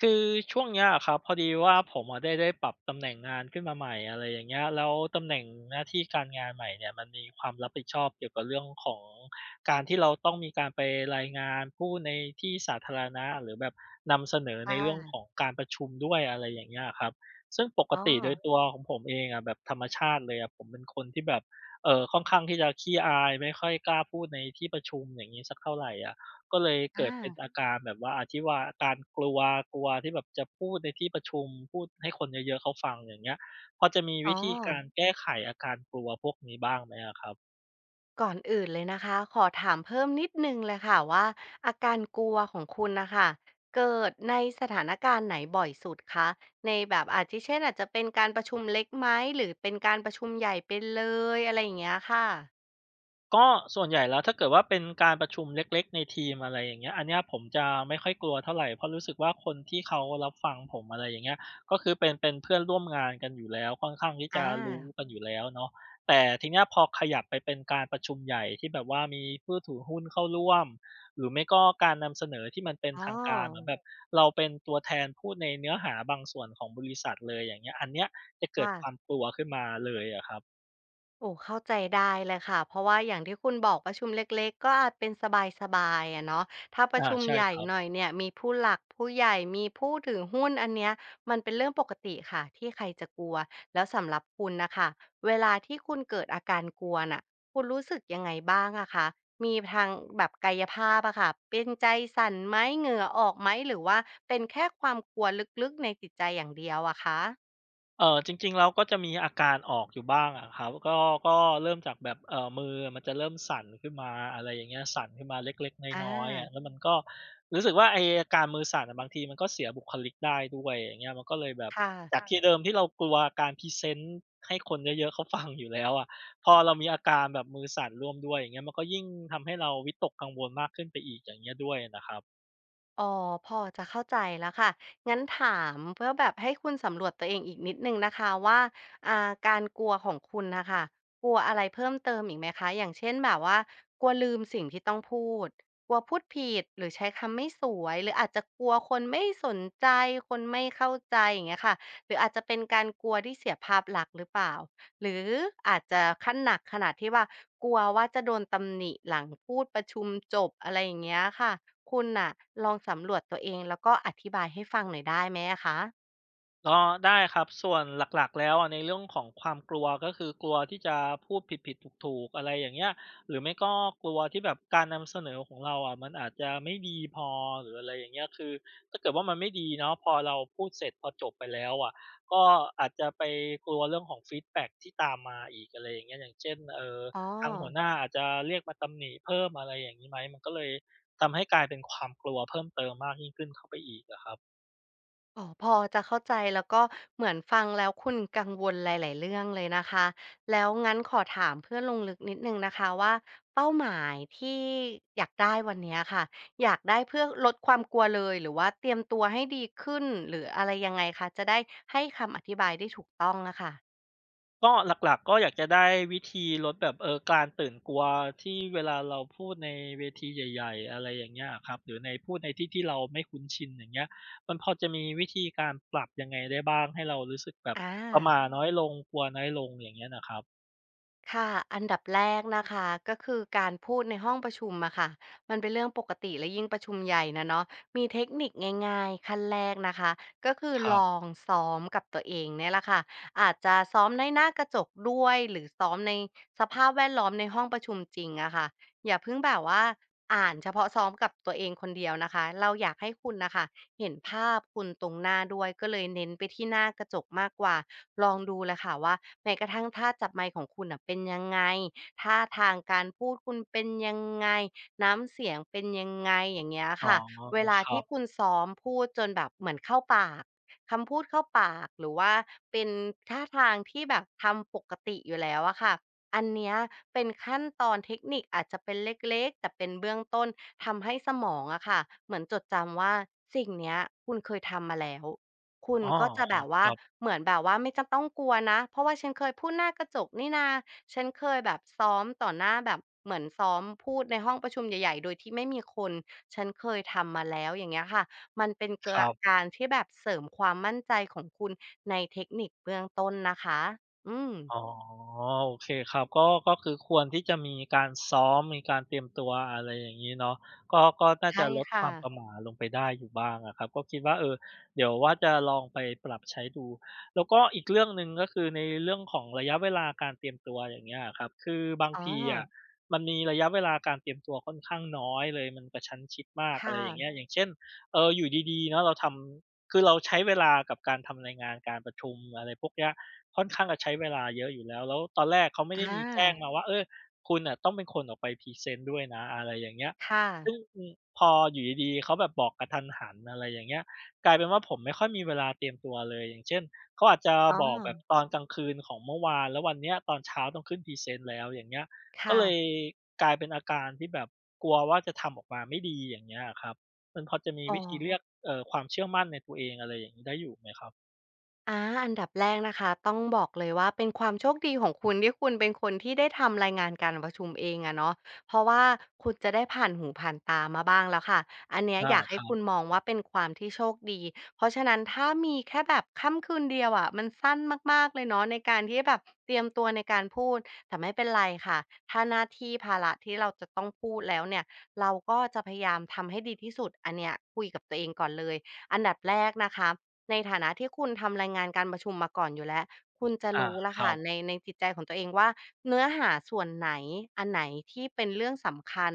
คือช่วงเนี้ยะครับพอดีว่าผมอะได้ปรับตำแหน่งงานขึ้นมาใหม่อะไรอย่างเงี้ยแล้วตำแหน่งหน้าที่การงานใหม่เนี่ยมันมีความรับผิดชอบเกี่ยวกับเรื่องของการที่เราต้องมีการไปรายงานผู้ในที่สาธารณะหรือแบบนำเสนอในเรื่องขค่ะองการประชุมด้วยอะไรอย่างเงี้ยครับซึ่งปกอ๋อติโดยตัวของผมเองอะแบบธรรมชาติเลยอะผมเป็นคนที่แบบค่อนข้างที่จะขี้อายไม่ค่อยกล้าพูดในที่ประชุมอย่างงี้สักเท่าไรอะ ก็เลยเกิอาดเป็นอาการแบบว่าอาการกลัวกลัวที่แบบจะพูดในที่ประชุมพูดให้คนเยอะๆเขาฟังอย่างเงี้ยพอจะมีอ๋อวิธีการแก้ไขอาการกลัวพวกนี้บ้างไหมอะครับ ก่อนอื่นเลยนะคะ ขอถามเพิ่มนิดหนึ่งเลยค่ะว่าอาการกลัวของคุณน่ะค่ะเกิดในสถานการณ์ไหนบ่อยสุดคะในแบบอาทิเช่นอาจจะเป็นการประชุมเล็กไหมหรือเป็นการประชุมใหญ่ไปเลยอะไรอย่างเงี้ยค่ะก็ส่วนใหญ่แล้วถ้าเกิดว่าเป็นการประชุมเล็กๆในทีมอะไรอย่างเงี้ยอันเนี้ยผมจะไม่ค่อยกลัวเท่าไรเพราะรู้สึกว่าคนที่เขารับฟังผมอะไรอย่างเงี้ยก็คือเป็นเพื่อนร่วมงานกันอยู่แล้วค่อนข้างที่อจะรู้ากันอยู่แล้วเนาะแต่ทีเนี้ยพอขยับไปเป็นการประชุมใหญ่ที่แบบว่ามีผู้ถือหุ้นเข้าร่วมหรือไม่ก็การนำเสนอที่มันเป็นอ๋อทางการเหมือนแบบเราเป็นตัวแทนพูดในเนื้อหาบางส่วนของบริษัทเลยอย่างเงี้ยอันเนี้ยจะเกิดค่ะ ความกลัวขึ้นมาเลยอะครับโอ้เข้าใจได้เลยค่ะเพราะว่าอย่างที่คุณบอกประชุมเล็กๆก็อาจเป็นสบายๆอะเนาะถ้าประอาชุมใช่ใหญ่ครับ หน่อยเนี่ยมีผู้หลักผู้ใหญ่มีผู้ถือหุ้นอันเนี้ยมันเป็นเรื่องปกติค่ะที่ใครจะกลัวแล้วสำหรับคุณนะคะเวลาที่คุณเกิดอาการกลัวน่ะคุณรู้สึกยังไงบ้างอะคะมีทางแบบกายภาพอะค่ะเป็นใจสั่นไหมเหงื่อออกไหมหรือว่าเป็นแค่ความกลัวลึกๆในจิตใจอย่างเดียวอะคะจริงๆแล้วก็จะมีอาการออกอยู่บ้างอะครับก็ก็เริ่มจากแบบมือมันจะเริ่มสั่นขึ้นมาอะไรอย่างเงี้ยสั่นขึ้นมาเล็กอๆน้อยๆอะาแล้วมันก็รู้สึกว่าไอ้อาการมือสั่นอะบางทีมันก็เสียบุคลิกได้ด้วยอย่างเงี้ยมันก็เลยแบบค่ะ จคาคก่ะที่เดิมที่เรากลัวการพรีเซนต์ให้คนเยอะๆเขาฟังอยู่แล้วอะพอเรามีอาการแบบมือสั่นร่วมด้วยอย่างเงี้ยมันก็ยิ่งทำให้เราวิตกกังวลมากขึ้นไปอีกอย่างเงี้ยด้วยนะครับ อ๋อพอจะเข้าใจแล้วค่ะงั้นถามเพื่อแบบให้คุณสำรวจตัวเองอีกนิดหนึ่งนะคะว่าอ่าการกลัวของคุณนะคะกลัวอะไรเพิ่มเติมอีกไหมคะอย่างเช่นแบบว่ากลัวลืมสิ่งที่ต้องพูดกลัวพูดผิดหรือใช้คำไม่สวยหรืออาจจะกลัวคนไม่สนใจคนไม่เข้าใจอย่างเงี้ยค่ะหรืออาจจะเป็นการกลัวที่เสียภาพลักษณ์หรือเปล่า หรืออาจจะขั้นหนักขนาดที่ว่ากลัวว่าจะโดนตำหนิหลังพูดประชุมจบอะไรอย่างเงี้ยค่ะคุณน่ะลองสำรวจตัวเองแล้วก็อธิบายให้ฟังหน่อยได้ไหมอะคะอ๋อได้ครับส่วนหลักๆแล้วอะในเรื่องของความกลัวก็คือกลัวที่จะพูดผิดๆถูกๆอะไรอย่างเงี้ยหรือไม่ก็กลัวที่แบบการนำเสนอของเราอะมันอาจจะไม่ดีพอหรืออะไรอย่างเงี้ยคือถ้าเกิดว่ามันไม่ดีเนาะพอเราพูดเสร็จพอจบไปแล้วอะก็อาจจะไปกลัวเรื่องของฟีดแบ็กที่ตามมาอีกอะไรอย่างเงี้ยอย่างเช่นอ๋อ ทางหัวหน้าอาจจะเรียกมาตำหนิเพิ่มอะไรอย่างงี้ไหมมันก็เลยทำให้กลายเป็นความกลัวเพิ่มเติมมากยิ่งขึ้นเข้าไปอีกอะครับ อ๋อพอจะเข้าใจแล้วก็เหมือนฟังแล้วคุณกังวลหลายๆเรื่องเลยนะคะแล้วงั้นขอถามเพื่อลงลึกนิดหนึ่งนะคะว่าเป้าหมายที่อยากได้วันเนี้ยค่ะอยากได้เพื่อลดความกลัวเลยหรือว่าเตรียมตัวให้ดีขึ้นหรืออะไรยังไงคะจะได้ให้คำอธิบายได้ถูกต้องอะค่ะก็หลักๆก็อยากจะได้วิธีลดแบบการตื่นกลัวที่เวลาเราพูดในเวทีใหญ่ๆอะไรอย่างเงี้ยอะครับหรือในพูดในที่ที่เราไม่คุ้นชินอย่างเงี้ยมันพอจะมีวิธีการปรับยังไงได้บ้างให้เรารู้สึกแบบอประหา ม่าน้อยลงกลัวน้อยลงอย่างเงี้ยน่ะครับค่ะอันดับแรกนะคะก็คือการพูดในห้องประชุมอะค่ะมันเป็นเรื่องปกติและยิ่งประชุมใหญ่นะเนาะมีเทคนิคง่ายๆขั้นแรกนะคะก็คือครัลอบงซ้อมกับตัวเองเนี่ยแหละค่ะ อาจจะซ้อมในหน้ากระจกด้วยหรือซ้อมในสภาพแวดล้อมในห้องประชุมจริงอะค่ะอย่าเพิ่งแบบว่าอ่านเฉพาะซ้อมกับตัวเองคนเดียวนะคะเราอยากให้คุณนะคะ เห็นภาพคุณตรงหน้าด้วยก็เลยเน้นไปที่หน้ากระจกมากกว่าลองดูเลยค่ะว่าแม้กระทั่งท่าจับไมค์ของคุณน่ะเป็นยังไงท่าทางการพูดคุณเป็นยังไงน้ำเสียงเป็นยังไงอย่างเงี้ยอ๋อค่ะเวลาครัที่บคุณซ้อมพูดจนแบบเหมือนเข้าปากคำพูดเข้าปากหรือว่าเป็นท่าทางที่แบบทำปกติอยู่แล้วอะค่ะ อันเนี้ยเป็นขั้นตอนเทคนิคอาจจะเป็นเล็กๆแต่เป็นเบื้องต้นทำให้สมองอะค่ะเหมือนจดจำว่าสิ่งเนี้ยคุณเคยทำมาแล้วคุณอ้อก็จะแบบๆคว่ารับเหมือนแบบว่าไม่จำต้องกลัวนะเพราะว่าฉันเคยพูดหน้ากระจกนี่นาฉันเคยแบบซ้อมต่อหน้าแบบเหมือนซ้อมพูดในห้องประชุมใหญ่ๆโดยที่ไม่มีคนฉันเคยทำมาแล้วอย่างเงี้ยค่ะมันเป็นเกครัอะบ การที่แบบเสริมความมั่นใจของคุณในเทคนิคเบื้องต้นนะคะอืมอ๋อโอเคครับก็ก็คือควรที่จะมีการซ้อมมีการเตรียมตัวอะไรอย่างงี้เนาะก็ก็น่าใช่จะลดคค่ะ วามประหม่าลงไปได้อยู่บ้างอะครับก็คิดว่าเออเดี๋ยวว่าจะลองไปปรับใช้ดูแล้วก็อีกเรื่องหนึ่งก็คือในเรื่องของระยะเวลาการเตรียมตัวอย่างเงี้ยอะครับคือบางอ๋อทีอะมันมีระยะเวลาการเตรียมตัวค่อนข้างน้อยเลยมันกระชั้นชิดมากอะไรค่ะอย่างเงี้ยอย่างเช่นเอออยู่ดีๆเนาะเราทำคือเราใช้เวลากับการทำรายงานการประชุมอะไรพวกเนี้ย ค่อนข้างจะใช้เวลาเยอะอยู่แล้วตอนแรกเขาไม่อได้มีแจ้งามาว่า เออคุณน่ะต้องเป็นคนออกไปพรีเซนต์ด้วยนะอะไรอย่างเงี้ยค่ะซึ่งอืมพออยู่ดีๆเขาแบบบอกกะทันหันอะไรอย่างเงี้ยกลายเป็นว่าผมไม่ค่อยมีเวลาเตรียมตัวเลย อย่างเช่นเขาอาจจะอ๋อบอกแบบตอนกลางคืนของเมื่อวานแล้ววันเนี้ยตอนเช้าต้องขึ้นพรีเซนต์แล้วอย่างเงี้ยก็ค่ะเลยกลายเป็นอาการที่แบบกลัวว่าจะทำออกมาไม่ดีอย่างเงี้ยอะครับมันพอจะมีอ๋อ วิธีเรียกความเชื่อมั่นในตัวเองอะไรอย่างงี้ได้อยู่ไหมครับอาอันดับแรกนะคะต้องบอกเลยว่าเป็นความโชคดีของคุณที่คุณเป็นคนที่ได้ทำรายงานการประชุมเองอะเนาะเพราะว่าคุณจะได้ผ่านหูผ่านตามาบ้างแล้วค่ะอันเนี้ยอาอยากคให้รับคุณมองว่าเป็นความที่โชคดีเพราะฉะนั้นถ้ามีแค่แบบค่ำคืนเดียวอะมันสั้นมากๆเลยเนาะในการที่แบบเตรียมตัวในการพูดแต่ไม่เป็นไรค่ะถ้าหน้าที่ภาระที่เราจะต้องพูดแล้วเนี่ยเราก็จะพยายามทำให้ดีที่สุดอันเนี้ยคุยกับตัวเองก่อนเลยอันดับแรกนะคะ ในฐานะที่คุณทำรายงานการประชุมมาก่อนอยู่แล้ว คุณจะอารู้แล้วครัค่ะบ ในจิตใจของตัวเองว่าเนื้อหาส่วนไหนอันไหนที่เป็นเรื่องสำคัญ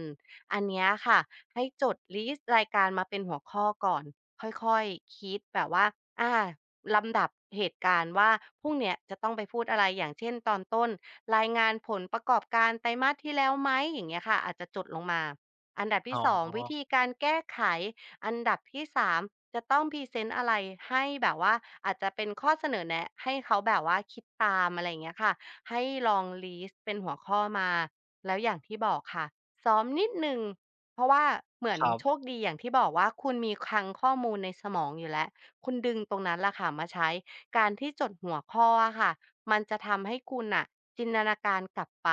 อันเนี้ยค่ะให้จดลิสต์รายการมาเป็นหัวข้อก่อนค่อยๆคิดแบบว่าอาลำดับเหตุการณ์ว่าพรุ่งเนี้ยจะต้องไปพูดอะไรอย่างเช่นตอนต้นรายงานผลประกอบการไตรมาสที่แล้วไหมอย่างเงี้ยค่ะอาจจะจดลงมาอันดับอ๋อที่สองวิธีการแก้ไข อันดับที่สามจะต้องพรีเซนต์อะไรให้แบบว่าอาจจะเป็นข้อเสนอแนะให้เขาแบบว่าคิดตามอะไรอย่างเงี้ยค่ะให้ลองลิสต์เป็นหัวข้อมาแล้วอย่างที่บอกค่ะซ้อมนิดหนึ่งเพราะว่าเหมือคนรับโชคดีอย่างที่บอกว่าคุณมีคลังข้อมูลในสมองอยู่แล้วคุณดึงตรงนั้นล่ะค่ะมาใช้การที่จดหัวข้ออะค่ะมันจะทำให้คุณน่ะจินตนาการกลับไป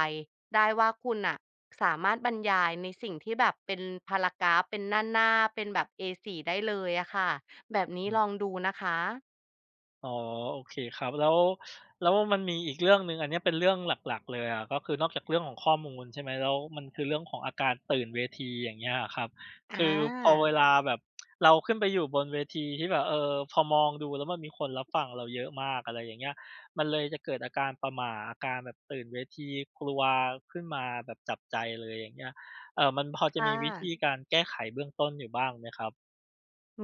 ได้ว่าคุณน่ะ สามารถบรรยายในสิ่งที่แบบเป็นพารากราฟเป็นหน้าๆเป็นแบบ A4 ได้เลยอะค่ะแบบนี้อืลมองดูนะคะอ๋อโอเคครับแล้วมันมีอีกเรื่องหนึ่งอันเนี้ยเป็นเรื่องหลักๆเลยอะก็คือนอกจากเรื่องของข้อมูลใช่ไหมแล้วมันคือเรื่องของอาการตื่นเวทีอย่างเงี้ยอะครับคือาอพอเวลาแบบเราขึ้นไปอยู่บนเวทีที่แบบเออพอมองดูแล้วมันมีคนรับฟังเราเยอะมากอะไรอย่างเงี้ยมันเลยจะเกิดอาการประหม่าอาการแบบตื่นเวทีกลัวขึ้นมาแบบจับใจเลยอย่างเงี้ยมันพอจะมีค่ะ วิธีการแก้ไขเบื้องต้นอยู่บ้างไหมครับ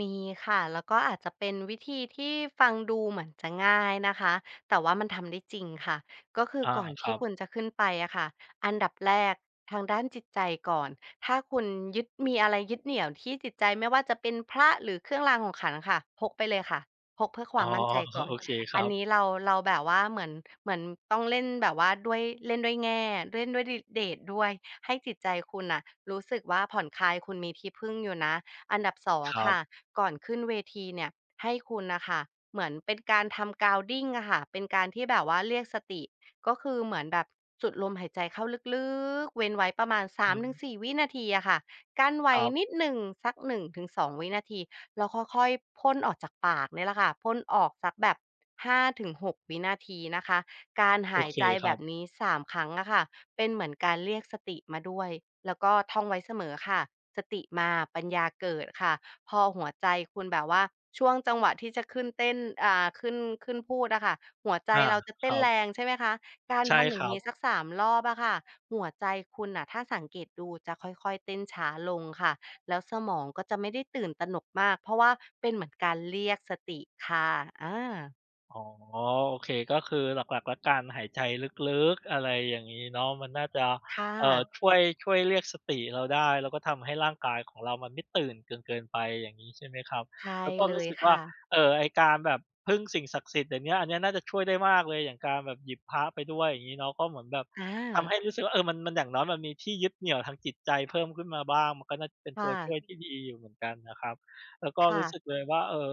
มีค่ะแล้วก็อาจจะเป็นวิธีที่ฟังดูเหมือนจะง่ายนะคะแต่ว่ามันทำได้จริงค่ะก็คืออาก่อนครัที่คุณบ จะขึ้นไปอะค่ะอันดับแรกทางด้านจิตใจก่อนถ้าคุณยึดมีอะไรยึดเหนี่ยวที่จิตใจไม่ว่าจะเป็นพระหรือเครื่องรางของขลังค่ะพกไปเลยค่ะพกเพื่อคอ๋อวามมั่นใจก่อโอนเคคอัรันนี้บเราแบบว่าเหมือนต้องเล่นแบบว่าด้วยเล่นด้วยแง่เล่นด้วยเดชด้วยให้จิตใจคุณอะรู้สึกว่าผ่อนคลายคุณมีที่พึ่งอยู่นะ อันดับสองครัค่ะบก่อนขึ้นเวทีเนี่ยให้คุณนะคะเหมือนเป็นการทำ grounding อะค่ะเป็นการที่แบบว่าเรียกสติก็คือเหมือนแบบสุดลมหายใจเข้าลึกๆเว้นไว้ประมาณสามอืถึงมสี่วินาทีอะค่ะกั้นคไว้รันิดบหนึ่งสักหนึ่งถึงสองวินาทีแล้วค่อยๆพ่นออกจากปากเนี่ยแหละค่ะพ่นออกสักแบบหาถึงหกวินาทีนะคะการโอหายเคใจคแบรับบนี้สามครั้งอะค่ะเป็นเหมือนการเรียกสติมาด้วยแล้วก็ท่องไว้เสมอค่ะ สติมาปัญญาเกิดค่ะพอหัวใจคุณแบบว่าช่วงจังหวะที่จะขึ้นเต้นอ่าขึ้นขึ้นพูดอะค่ะหัวใจอาเราจะคเต้นรับแรงใช่ไหมคะการใช่ทำอคย่างรับ งี้สัก3รอบอะค่ะหัวใจคุณน่ะถ้าสังเกตดูจะค่อยๆเต้นช้าลงค่ะแล้วสมองก็จะไม่ได้ตื่นตระหนกมากเพราะว่าเป็นเหมือนการเรียกสติค่ะอาอ๋อโอเคก็คือหลักๆแล้วการหายใจลึกๆอะไรอย่างงี้เนาะมันน่าจะค่ะเอ่อช่วยเรียกสติเราได้แล้วก็ทำให้ร่างกายของเรามันไม่ตื่นจนเกินไปอย่างงี้ใช่ไหมครับใช่แล้วก็เลรู้ยสึกว่าค่ะเอ่อไอ้การแบบพึ่งสิ่งศักดิ์สิทธิ์เดี๋ยวเนี้ยอันเนี้ยน่าจะช่วยได้มากเลยอย่างการแบบหยิบพระไปด้วยอย่างงี้เนาะก็เหมือนแบบอทำาให้รู้สึกว่าเออมันอย่างน้อยมันมีที่ยึดเหนี่ยวทางจิตใจเพิ่มขึ้นมาบ้างมันก็น่าจะเป็นตัวค่ะช่วยที่ดีอยู่เหมือนกันนะครับแล้วก็ค่ะรู้สึกเลยว่าเอ่อ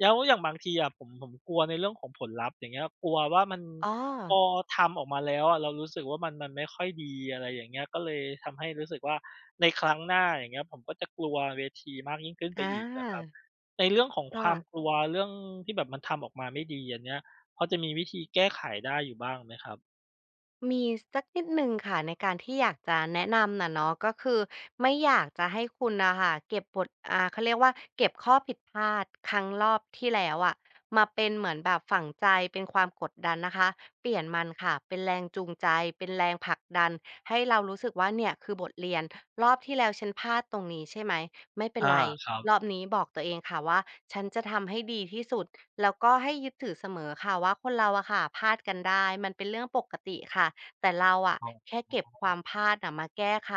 แล้วอย่างบางทีอะผมกลัวในเรื่องของผลลัพธ์อย่างเงี้ยกลัวว่ามันอ้อพอทำออกมาแล้วอะเรารู้สึกว่ามันไม่ค่อยดีอะไรอย่างเงี้ยก็เลยทำให้รู้สึกว่าในครั้งหน้าอย่างเงี้ยผมก็จะกลัวเวทีมากยิ่งขึ้นไปอาอีกอะครับในเรื่องของความกค่ะ ลัวเรื่องที่แบบมันทำออกมาไม่ดีอันเนี้ยพอจะมีวิธีแก้ไขได้อยู่บ้างไหมครับมีสักนิดหนึ่งค่ะในการที่อยากจะแนะนำน่ะเนาะก็คือไม่อยากจะให้คุณน่ะค่ะเก็บบทเขาเรียกว่าเก็บข้อผิดพลาดครั้งรอบที่แล้วอะมาเป็นเหมือนแบบฝังใจเป็นความกดดันนะคะเปลี่ยนมันค่ะเป็นแรงจูงใจเป็นแรงผลักดันให้เรารู้สึกว่าเนี่ยคือบทเรียนรอบที่แล้วฉันพลาดตรงนี้ใช่ไหมไม่เป็นอาไรครัรบอบนี้บอกตัวเองค่ะว่าฉันจะทำให้ดีที่สุดแล้วก็ให้ยึดถือเสมอค่ะว่าคนเราอะค่ะพลาดกันได้มันเป็นเรื่องปกติค่ะ แต่เราอะอ๋อแค่เก็บความพลาดนะมาแก้ไข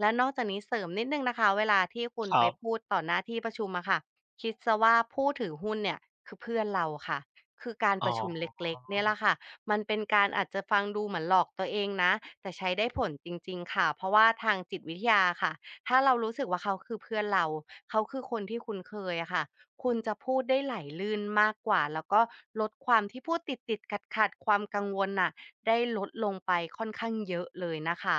และนอกจากนี้เสริมนิดหนึ่งนะคะเวลาที่คุณคไปรัพูบดต่อหน้าที่ประชุมอะค่ะคิดเสียว่าผู้ถือหุ้นเนี่ยคือเพื่อนเราค่ะคือการอ๋ปอ ระชุมเล็กๆเนี่ยแหละค่ะมันเป็นการอาจจะฟังดูเหมือนหลอกตัวเองนะแต่ใช้ได้ผลจริงๆค่ะเพราะว่าทางจิตวิทยาค่ะถ้าเรารู้สึกว่าเขาคือเพื่อนเราเขาคือคนที่คุณเคยอะค่ะคุณจะพูดได้ไหลลื่นมากกว่าแล้วก็ลดความที่พูดติดๆขัดๆความกังวลน่ะ ได้ลดลงไปค่อนข้างเยอะเลยนะคะ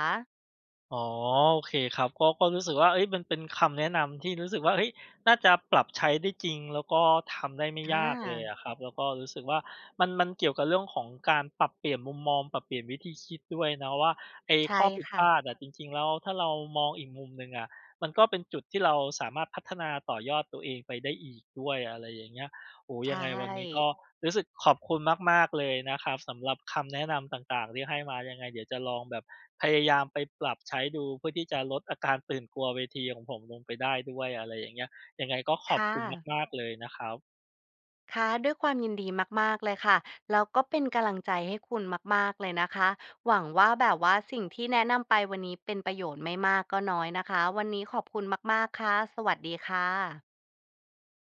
อ๋อโอเคครับก็ก็รู้สึกว่าเฮ้ยมันเป็นคำแนะนำที่รู้สึกว่าเฮ้ยน่าจะปรับใช้ได้จริงแล้วก็ทำได้ไม่อยากเลยอะคารับแล้วก็รู้สึกว่ามันเกี่ยวกับเรื่องของการปรับเปลี่ยนมุมมองปรับเปลี่ยนวิธีคิดด้วยเนาะว่าไอ้ใช่ข้อผิดพค่ะ ลาดอะจริงๆแล้วถ้าเรามองอีกมุมหนึ่งอะมันก็เป็นจุดที่เราสามารถพัฒนาต่อยอดตัวเองไปได้อีกด้วยอะไรอย่างเงี้ย โอ้โฮยัใช่งไงวันนี้ก็รู้สึกขอบคุณมากๆเลยนะครับสำหรับคำแนะนำต่างๆที่ให้มายังไงเดี๋ยวจะลองแบบพยายามไปปรับใช้ดูเพื่อที่จะลดอาการตื่นกลัวเวทีของผมลงไปได้ด้วยอะไรอย่างเงี้ยยังไงก็ขอบค่ะคุณมากๆเลยนะครับค่ะ ด้วยความยินดีมากๆเลยค่ะ แล้วก็เป็นกำลังใจให้คุณมากๆเลยนะคะ หวังว่าแบบว่าสิ่งที่แนะนำไปวันนี้เป็นประโยชน์ไม่มากก็น้อยนะคะวันนี้ขอบคุณมากๆ ค่ะ สวัสดีค่ะ